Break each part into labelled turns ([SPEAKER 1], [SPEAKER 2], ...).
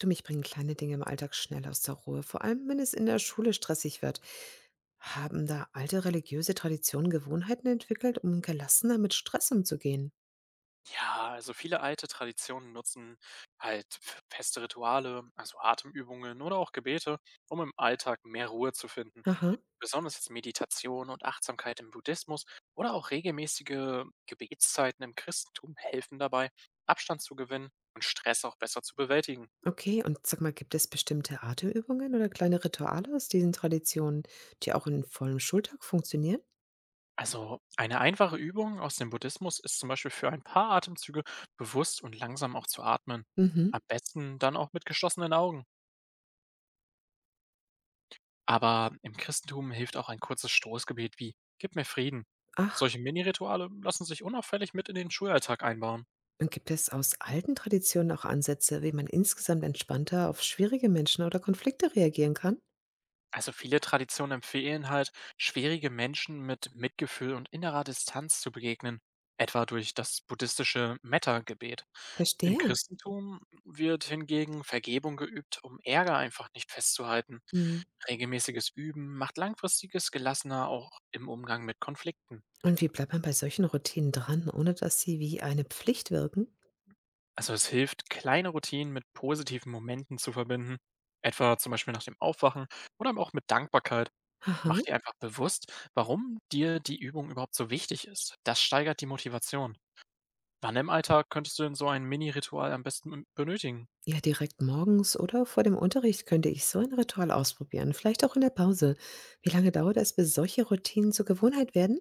[SPEAKER 1] Du, mich bringen kleine Dinge im Alltag schnell aus der Ruhe, vor allem wenn es in der Schule stressig wird. Haben da alte religiöse Traditionen Gewohnheiten entwickelt, um gelassener mit Stress umzugehen?
[SPEAKER 2] Ja, also viele alte Traditionen nutzen halt feste Rituale, also Atemübungen oder auch Gebete, um im Alltag mehr Ruhe zu finden.
[SPEAKER 1] Aha,
[SPEAKER 2] Besonders jetzt Meditation und Achtsamkeit im Buddhismus oder auch regelmäßige Gebetszeiten im Christentum helfen dabei, Abstand zu gewinnen und Stress auch besser zu bewältigen.
[SPEAKER 1] okay. Und sag mal, gibt es bestimmte Atemübungen oder kleine Rituale aus diesen Traditionen, die auch in vollem Schultag funktionieren?
[SPEAKER 2] Also eine einfache Übung aus dem Buddhismus ist zum Beispiel für ein paar Atemzüge bewusst und langsam auch zu atmen.
[SPEAKER 1] Mhm.
[SPEAKER 2] Am besten dann auch mit geschlossenen Augen. Aber im Christentum hilft auch ein kurzes Stoßgebet wie „Gib mir Frieden“.
[SPEAKER 1] Ach,
[SPEAKER 2] Solche Mini-Rituale lassen sich unauffällig mit in den Schulalltag einbauen.
[SPEAKER 1] und gibt es aus alten Traditionen auch Ansätze, wie man insgesamt entspannter auf schwierige Menschen oder Konflikte reagieren kann?
[SPEAKER 2] Also viele Traditionen empfehlen halt, schwierige Menschen mit Mitgefühl und innerer Distanz zu begegnen, etwa durch das buddhistische Metta-Gebet. Im
[SPEAKER 1] Verstehe.
[SPEAKER 2] Christentum wird hingegen Vergebung geübt, um Ärger einfach nicht festzuhalten.
[SPEAKER 1] Mhm.
[SPEAKER 2] Regelmäßiges Üben macht langfristiges gelassener auch im Umgang mit Konflikten.
[SPEAKER 1] Und wie bleibt man bei solchen Routinen dran, ohne dass sie wie eine Pflicht wirken?
[SPEAKER 2] Also es hilft, kleine Routinen mit positiven Momenten zu verbinden, etwa zum Beispiel nach dem Aufwachen oder aber auch mit Dankbarkeit.
[SPEAKER 1] Aha.
[SPEAKER 2] Mach dir einfach bewusst, warum dir die Übung überhaupt so wichtig ist. Das steigert die Motivation. Wann im Alltag könntest du denn so ein Mini-Ritual am besten benötigen?
[SPEAKER 1] Ja, direkt morgens oder vor dem Unterricht könnte ich so ein Ritual ausprobieren, vielleicht auch in der Pause. Wie lange dauert es, bis solche Routinen zur Gewohnheit werden?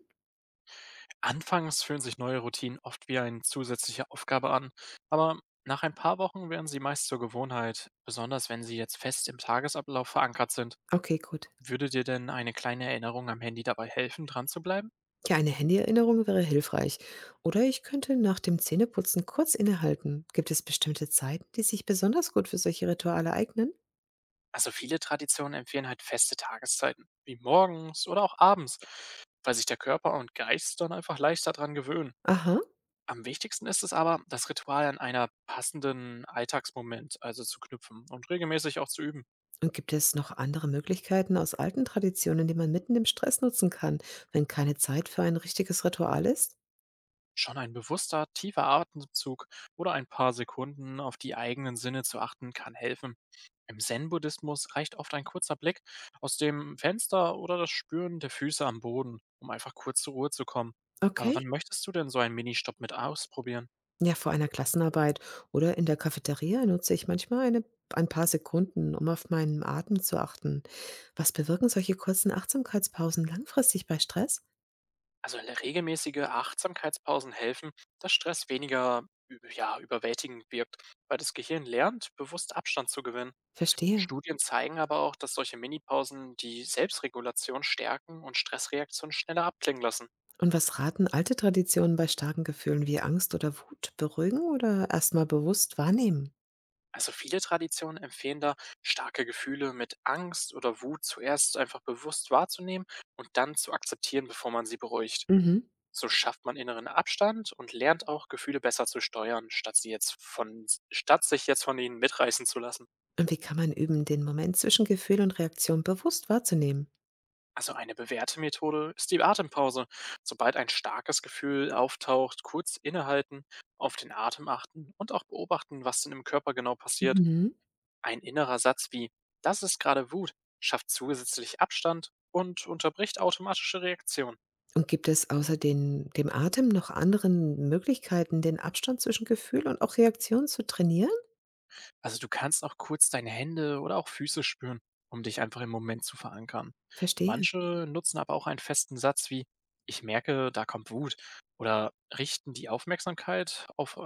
[SPEAKER 2] Anfangs fühlen sich neue Routinen oft wie eine zusätzliche Aufgabe an, aber nach ein paar Wochen werden sie meist zur Gewohnheit, besonders wenn sie jetzt fest im Tagesablauf verankert sind.
[SPEAKER 1] Okay, gut.
[SPEAKER 2] Würde dir denn eine kleine Erinnerung am Handy dabei helfen, dran zu bleiben?
[SPEAKER 1] Ja, eine Handy-Erinnerung wäre hilfreich. Oder ich könnte nach dem Zähneputzen kurz innehalten. Gibt es bestimmte Zeiten, die sich besonders gut für solche Rituale eignen?
[SPEAKER 2] Also viele Traditionen empfehlen halt feste Tageszeiten, wie morgens oder auch abends, weil sich der Körper und Geist dann einfach leichter dran gewöhnen.
[SPEAKER 1] Aha.
[SPEAKER 2] Am wichtigsten ist es aber, das Ritual an einer passenden Alltagsmoment also zu knüpfen und regelmäßig auch zu üben.
[SPEAKER 1] Und gibt es noch andere Möglichkeiten aus alten Traditionen, die man mitten im Stress nutzen kann, wenn keine Zeit für ein richtiges Ritual ist?
[SPEAKER 2] Schon ein bewusster, tiefer Atemzug oder ein paar Sekunden auf die eigenen Sinne zu achten kann helfen. Im Zen-Buddhismus reicht oft ein kurzer Blick aus dem Fenster oder das Spüren der Füße am Boden, um einfach kurz zur Ruhe zu kommen. Aber
[SPEAKER 1] Okay.
[SPEAKER 2] wann möchtest du denn so einen Ministopp mit ausprobieren?
[SPEAKER 1] Ja, vor einer Klassenarbeit oder in der Cafeteria nutze ich manchmal eine, ein paar Sekunden, um auf meinen Atem zu achten. Was bewirken solche kurzen Achtsamkeitspausen langfristig bei Stress?
[SPEAKER 2] Also regelmäßige Achtsamkeitspausen helfen, dass Stress weniger überwältigend wirkt, weil das Gehirn lernt, bewusst Abstand zu gewinnen.
[SPEAKER 1] Verstehe.
[SPEAKER 2] Studien zeigen aber auch, dass solche Minipausen die Selbstregulation stärken und Stressreaktionen schneller abklingen lassen.
[SPEAKER 1] Und was raten alte Traditionen bei starken Gefühlen wie Angst oder Wut? Beruhigen oder erstmal bewusst wahrnehmen?
[SPEAKER 2] Also viele Traditionen empfehlen da, starke Gefühle mit Angst oder Wut zuerst einfach bewusst wahrzunehmen und dann zu akzeptieren, bevor man sie beruhigt.
[SPEAKER 1] Mhm.
[SPEAKER 2] So schafft man inneren Abstand und lernt auch, Gefühle besser zu steuern, statt sich jetzt von ihnen mitreißen zu lassen.
[SPEAKER 1] Und wie kann man üben, den Moment zwischen Gefühl und Reaktion bewusst wahrzunehmen?
[SPEAKER 2] Also eine bewährte Methode ist die Atempause. Sobald ein starkes Gefühl auftaucht, kurz innehalten, auf den Atem achten und auch beobachten, was denn im Körper genau passiert.
[SPEAKER 1] Mhm.
[SPEAKER 2] Ein innerer Satz wie „das ist gerade Wut“ schafft zusätzlich Abstand und unterbricht automatische Reaktionen.
[SPEAKER 1] Und gibt es außer den, dem Atem noch anderen Möglichkeiten, den Abstand zwischen Gefühl und auch Reaktion zu trainieren?
[SPEAKER 2] Also du kannst auch kurz deine Hände oder auch Füße spüren, um dich einfach im Moment zu verankern.
[SPEAKER 1] Verstehe.
[SPEAKER 2] Manche nutzen aber auch einen festen Satz wie „ich merke, da kommt Wut“ oder richten die Aufmerksamkeit auf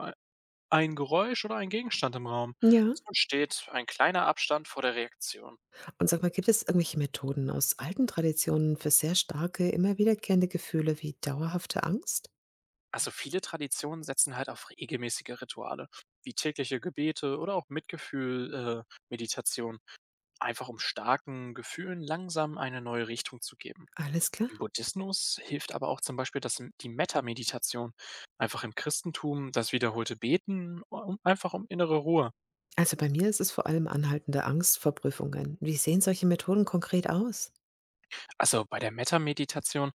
[SPEAKER 2] ein Geräusch oder ein Gegenstand im Raum.
[SPEAKER 1] Ja.
[SPEAKER 2] So entsteht ein kleiner Abstand vor der Reaktion.
[SPEAKER 1] Und sag mal, gibt es irgendwelche Methoden aus alten Traditionen für sehr starke, immer wiederkehrende Gefühle wie dauerhafte Angst?
[SPEAKER 2] Also viele Traditionen setzen halt auf regelmäßige Rituale, wie tägliche Gebete oder auch Mitgefühl, Meditation, einfach um starken Gefühlen langsam eine neue Richtung zu geben.
[SPEAKER 1] Alles klar.
[SPEAKER 2] Im Buddhismus hilft aber auch zum Beispiel die Metta-Meditation, einfach im Christentum das wiederholte Beten, um, einfach um innere Ruhe.
[SPEAKER 1] Also bei mir ist es vor allem anhaltende Angst vor Prüfungen. Wie sehen solche Methoden konkret aus?
[SPEAKER 2] Also bei der Metta-Meditation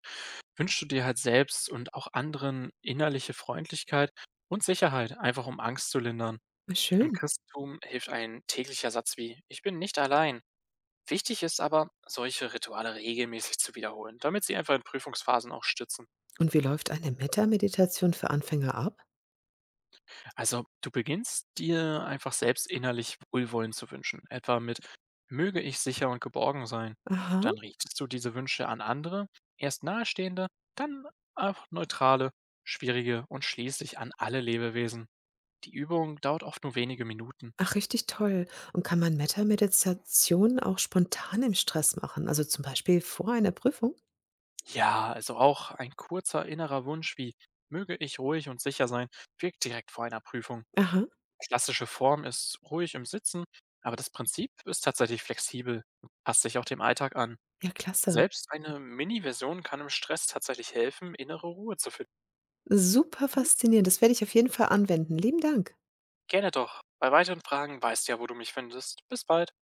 [SPEAKER 2] wünschst du dir halt selbst und auch anderen innerliche Freundlichkeit und Sicherheit, einfach um Angst zu lindern.
[SPEAKER 1] Na
[SPEAKER 2] Im
[SPEAKER 1] schön.
[SPEAKER 2] Christentum hilft ein täglicher Satz wie „Ich bin nicht allein.“ Wichtig ist aber, solche Rituale regelmäßig zu wiederholen, damit sie einfach in Prüfungsphasen auch stützen.
[SPEAKER 1] Und wie läuft eine Metta-Meditation für Anfänger ab?
[SPEAKER 2] Also, du beginnst dir einfach selbst innerlich Wohlwollen zu wünschen, etwa mit „Möge ich sicher und geborgen sein.“
[SPEAKER 1] Aha.
[SPEAKER 2] Dann richtest du diese Wünsche an andere, erst Nahestehende, dann auch Neutrale, Schwierige und schließlich an alle Lebewesen. Die Übung dauert oft nur wenige Minuten.
[SPEAKER 1] Ach, richtig toll. Und kann man Metameditation auch spontan im Stress machen? Also zum Beispiel vor einer Prüfung?
[SPEAKER 2] Ja, also auch ein kurzer innerer Wunsch wie „möge ich ruhig und sicher sein“, wirkt direkt vor einer Prüfung.
[SPEAKER 1] Aha,
[SPEAKER 2] Klassische Form ist ruhig im Sitzen, aber das Prinzip ist tatsächlich flexibel und passt sich auch dem Alltag an.
[SPEAKER 1] ja klasse.
[SPEAKER 2] Selbst eine Mini-Version kann im Stress tatsächlich helfen, innere Ruhe zu finden.
[SPEAKER 1] Super faszinierend. Das werde ich auf jeden Fall anwenden. Lieben Dank.
[SPEAKER 2] Gerne doch. Bei weiteren Fragen weißt du ja, wo du mich findest. Bis bald.